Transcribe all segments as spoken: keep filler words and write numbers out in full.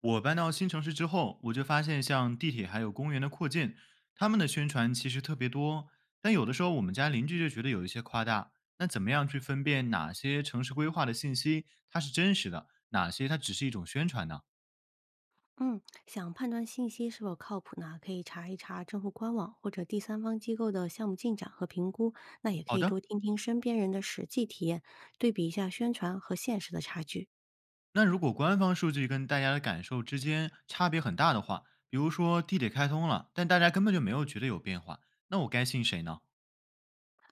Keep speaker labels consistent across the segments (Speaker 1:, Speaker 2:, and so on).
Speaker 1: 我搬到新城市之后，我就发现像地铁还有公园的扩建，他们的宣传其实特别多，但有的时候我们家邻居就觉得有一些夸大。那怎么样去分辨哪些城市规划的信息它是真实的，哪些它只是一种宣传呢？
Speaker 2: 嗯，想判断信息是否靠谱呢，可以查一查政府官网或者第三方机构的项目进展和评估。那也可
Speaker 1: 好
Speaker 2: 以多
Speaker 1: 的。
Speaker 2: 听听身边人的实际体验，对比一下宣传和现实的差距。
Speaker 1: 那如果官方数据跟大家的感受之间差别很大的话，比如说地铁开通了，但大家根本就没有觉得有变化，那我该信谁呢？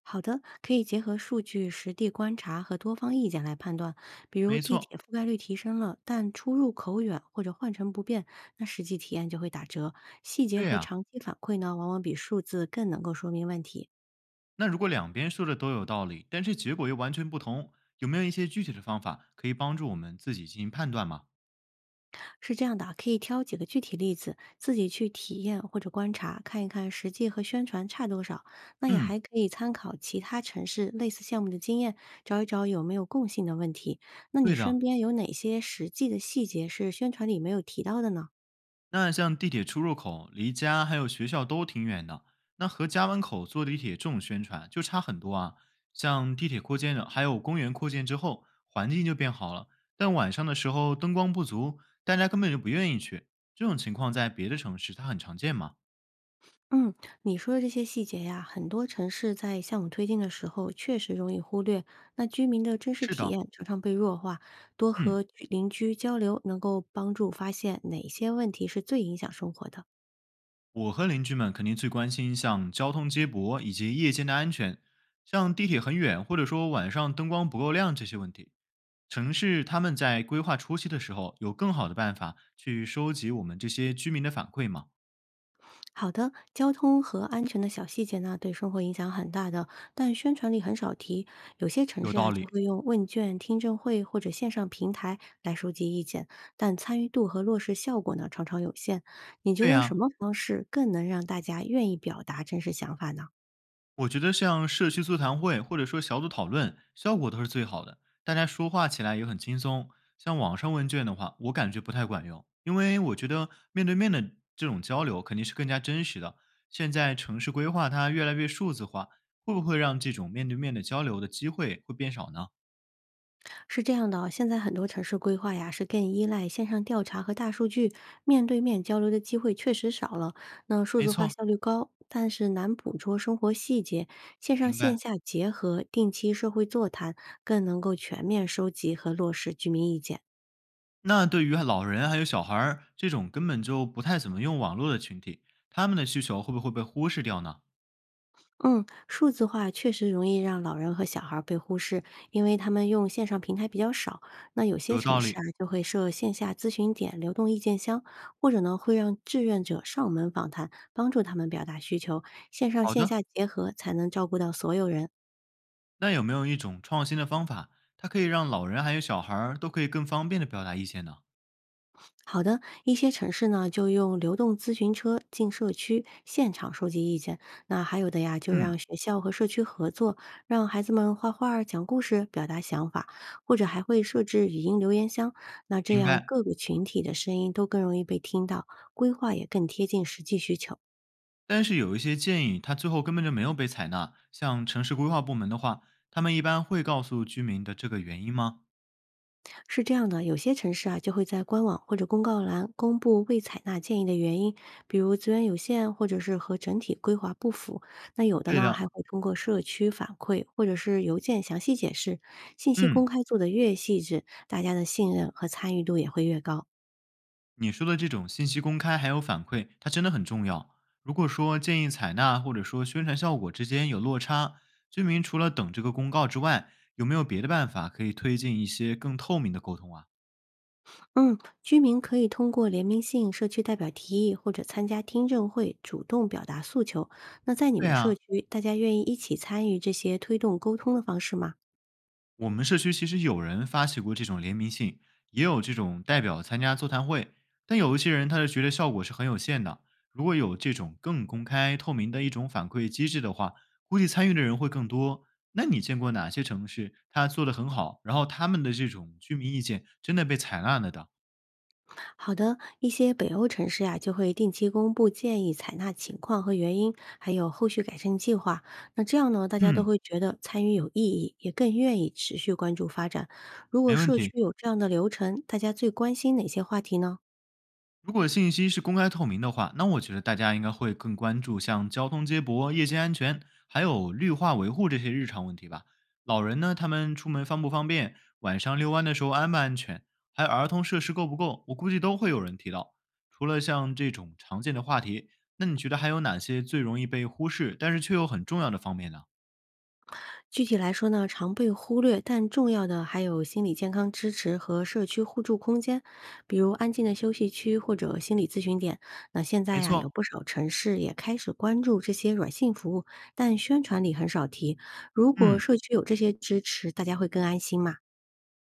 Speaker 2: 好的，可以结合数据、实地观察和多方意见来判断。比如
Speaker 1: 没
Speaker 2: 地
Speaker 1: 错，
Speaker 2: 铁覆盖率提升了，但出入口远或者换乘不便，那实际体验就会打折。细节
Speaker 1: 对
Speaker 2: 和
Speaker 1: 呀、
Speaker 2: 长期反馈呢，往往比数字更能够说明问题。
Speaker 1: 那如果两边说的都有道理，但是结果又完全不同，有没有一些具体的方法可以帮助我们自己进行判断吗？
Speaker 2: 是这样的啊，可以挑几个具体例子，自己去体验或者观察，看一看实际和宣传差多少。那也还
Speaker 1: 嗯，
Speaker 2: 可以参考其他城市类似项目的经验，找一找有没有共性的问题。那你
Speaker 1: 对
Speaker 2: 身
Speaker 1: 的。
Speaker 2: 边有哪些实际的细节是宣传里没有提到的呢？
Speaker 1: 那像地铁出入口离家还有学校都挺远的，那和家门口坐地铁这种宣传就差很多啊。像地铁扩建了，还有公园扩建之后，环境就变好了，但晚上的时候灯光不足，大家根本就不愿意去。这种情况在别的城市它很常见吗？
Speaker 2: 嗯，你说的这些细节呀，很多城市在项目推进的时候确实容易忽略。那居民的真实
Speaker 1: 是
Speaker 2: 体
Speaker 1: 的，
Speaker 2: 验常常被弱化，多
Speaker 1: 嗯。
Speaker 2: 和邻居交流能够帮助发现哪些问题是最影响生活的。
Speaker 1: 我和邻居们肯定最关心像交通接驳以及夜间的安全，像地铁很远或者说晚上灯光不够亮这些问题。城市他们在规划初期的时候，有更好的办法去收集我们这些居民的反馈吗？
Speaker 2: 好的，交通和安全的小细节呢，对生活影响很大的，但宣传里很少提。有些城
Speaker 1: 有
Speaker 2: 市啊，
Speaker 1: 道
Speaker 2: 就
Speaker 1: 理。
Speaker 2: 会用问卷、听证会或者线上平台来收集意见，但参与度和落实效果呢，常常有限。你觉
Speaker 1: 对
Speaker 2: 得什
Speaker 1: 呀、
Speaker 2: 么方式更能让大家愿意表达真实想法呢？
Speaker 1: 我觉得像社区座谈会或者说小组讨论，效果都是最好的，大家说话起来也很轻松。像网上问卷的话，我感觉不太管用，因为我觉得面对面的这种交流肯定是更加真实的。现在城市规划它越来越数字化，会不会让这种面对面的交流的机会会变少呢？
Speaker 2: 是这样的哦，现在很多城市规划呀，是更依赖线上调查和大数据，面对面交流的机会确实少了。那数
Speaker 1: 没
Speaker 2: 字化
Speaker 1: 错，
Speaker 2: 效率高，但是难捕捉生活细节，线上
Speaker 1: 明
Speaker 2: 线
Speaker 1: 白。
Speaker 2: 下结合，定期社会座谈，更能够全面收集和落实居民意见。
Speaker 1: 那对于老人还有小孩儿这种根本就不太怎么用网络的群体，他们的需求会不会被忽视掉呢？
Speaker 2: 嗯，数字化确实容易让老人和小孩儿被忽视，因为他们用线上平台比较少。那有些
Speaker 1: 有
Speaker 2: 城
Speaker 1: 道
Speaker 2: 市
Speaker 1: 理。
Speaker 2: 啊，就会设线下咨询点、流动意见箱，或者呢，会让志愿者上门访谈，帮助他们表达需求。线上
Speaker 1: 好
Speaker 2: 线
Speaker 1: 的。
Speaker 2: 下结合，才能照顾到所有人。
Speaker 1: 那有没有一种创新的方法，它可以让老人还有小孩儿都可以更方便的表达意见呢？
Speaker 2: 好的，一些城市呢就用流动咨询车进社区现场收集意见，那还有的呀就让
Speaker 1: 嗯，
Speaker 2: 学校和社区合作，让孩子们画画儿讲故事、表达想法，或者还会设置语音留言箱。那这
Speaker 1: 明
Speaker 2: 样
Speaker 1: 白。
Speaker 2: 各个群体的声音都更容易被听到，规划也更贴近实际需求。
Speaker 1: 但是有一些建议，它最后根本就没有被采纳。像城市规划部门的话，他们一般会告诉居民的这个原因吗？
Speaker 2: 是这样的，有些城市啊就会在官网或者公告栏公布未采纳建议的原因，比如资源有限，或者是和整体规划不符。那有的
Speaker 1: 对
Speaker 2: 呢
Speaker 1: 的，
Speaker 2: 还会通过社区反馈或者是邮件详细解释。信息公
Speaker 1: 嗯，
Speaker 2: 开做得越细致，大家的信任和参与度也会越高。
Speaker 1: 你说的这种信息公开还有反馈，它真的很重要。如果说建议采纳或者说宣传效果之间有落差，居民除了等这个公告之外，有没有别的办法可以推进一些更透明的沟通啊？
Speaker 2: 嗯，居民可以通过联名信、社区代表提议或者参加听证会，主动表达诉求。那在你
Speaker 1: 对
Speaker 2: 们社
Speaker 1: 啊，
Speaker 2: 区，大家愿意一起参与这些推动沟通的方式吗？
Speaker 1: 我们社区其实有人发起过这种联名信，也有这种代表参加座谈会，但有一些人他就觉得效果是很有限的。如果有这种更公开透明的一种反馈机制的话，估计参与的人会更多。那你见过哪些城市他做的很好，然后他们的这种居民意见真的被采纳了的？
Speaker 2: 好的，一些北欧城市呀、就会定期公布建议采纳情况和原因，还有后续改善计划。那这样呢，大家都
Speaker 1: 嗯，
Speaker 2: 会觉得参与有意义，也更愿意持续关注发展。如果
Speaker 1: 没问
Speaker 2: 社区
Speaker 1: 题。
Speaker 2: 有这样的流程，大家最关心哪些话题呢？
Speaker 1: 如果信息是公开透明的话，那我觉得大家应该会更关注像交通接驳、夜间安全，还有绿化维护这些日常问题吧。老人呢，他们出门方不方便，晚上遛弯的时候安不安全，还有儿童设施够不够，我估计都会有人提到。除了像这种常见的话题，那你觉得还有哪些最容易被忽视，但是却又很重要的方面呢？
Speaker 2: 具体来说呢，常被忽略，但重要的还有心理健康支持和社区互助空间，比如安静的休息区或者心理咨询点。那现在
Speaker 1: 没
Speaker 2: 呀，有
Speaker 1: 错，
Speaker 2: 不少城市也开始关注这些软性服务，但宣传里很少提。如果
Speaker 1: 嗯。
Speaker 2: 社区有这些支持，大家会更安心嘛。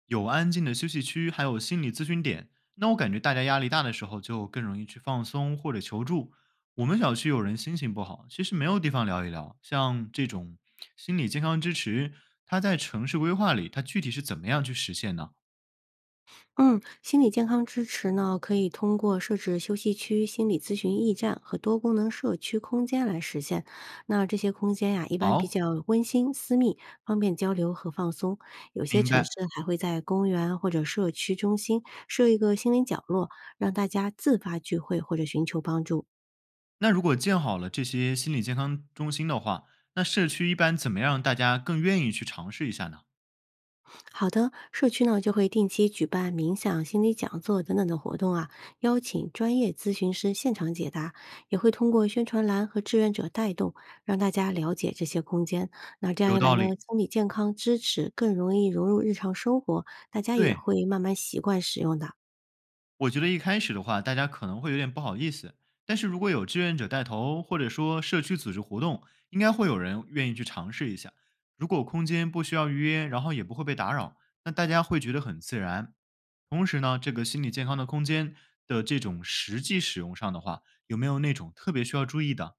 Speaker 1: 有安静的休息区，还有心理咨询点。那我感觉大家压力大的时候，就更容易去放松或者求助。我们小区有人心情不好，其实没有地方聊一聊。像这种心理健康支持，它在城市规划里，它具体是怎么样去实现呢？
Speaker 2: 嗯，心理健康支持呢，可以通过设置休息区、心理咨询驿站和多功能社区空间来实现。那这些空间呀，一般比
Speaker 1: 好，
Speaker 2: 较温馨、私密，方便交流和放松。有些
Speaker 1: 明
Speaker 2: 城市
Speaker 1: 白。
Speaker 2: 还会在公园或者社区中心设一个心灵角落，让大家自发聚会或者寻求帮助。
Speaker 1: 那如果建好了这些心理健康中心的话，那社区一般怎么样让大家更愿意去尝试一下呢？
Speaker 2: 好的，社区呢就会定期举办冥想、心理讲座等等的活动啊，邀请专业咨询师现场解答，也会通过宣传栏和志愿者带动，让大家了解这些空间。那这样
Speaker 1: 有
Speaker 2: 一来
Speaker 1: 道
Speaker 2: 呢，
Speaker 1: 理，
Speaker 2: 心理健康支持更容易融入日常生活，大家也
Speaker 1: 对。
Speaker 2: 会慢慢习惯使用的。
Speaker 1: 我觉得一开始的话，大家可能会有点不好意思，但是如果有志愿者带头，或者说社区组织活动，应该会有人愿意去尝试一下。如果空间不需要预约，然后也不会被打扰，那大家会觉得很自然。同时呢，这个心理健康的空间的这种实际使用上的话，有没有那种特别需要注意的？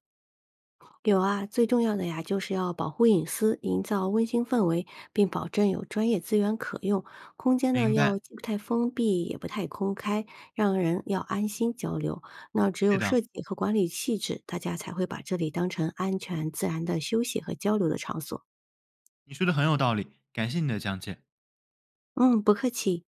Speaker 2: 有啊，最重要的呀，就是要保护隐私，营造温馨氛围，并保证有专业资源可用。空间呢，
Speaker 1: 明
Speaker 2: 要
Speaker 1: 白，
Speaker 2: 既不太封闭，也不太公开，让人要安心交流。那只
Speaker 1: 对
Speaker 2: 有
Speaker 1: 的，
Speaker 2: 设计和管理细致，大家才会把这里当成安全、自然的休息和交流的场所。
Speaker 1: 你说的很有道理，感谢你的讲解。
Speaker 2: 嗯，不客气。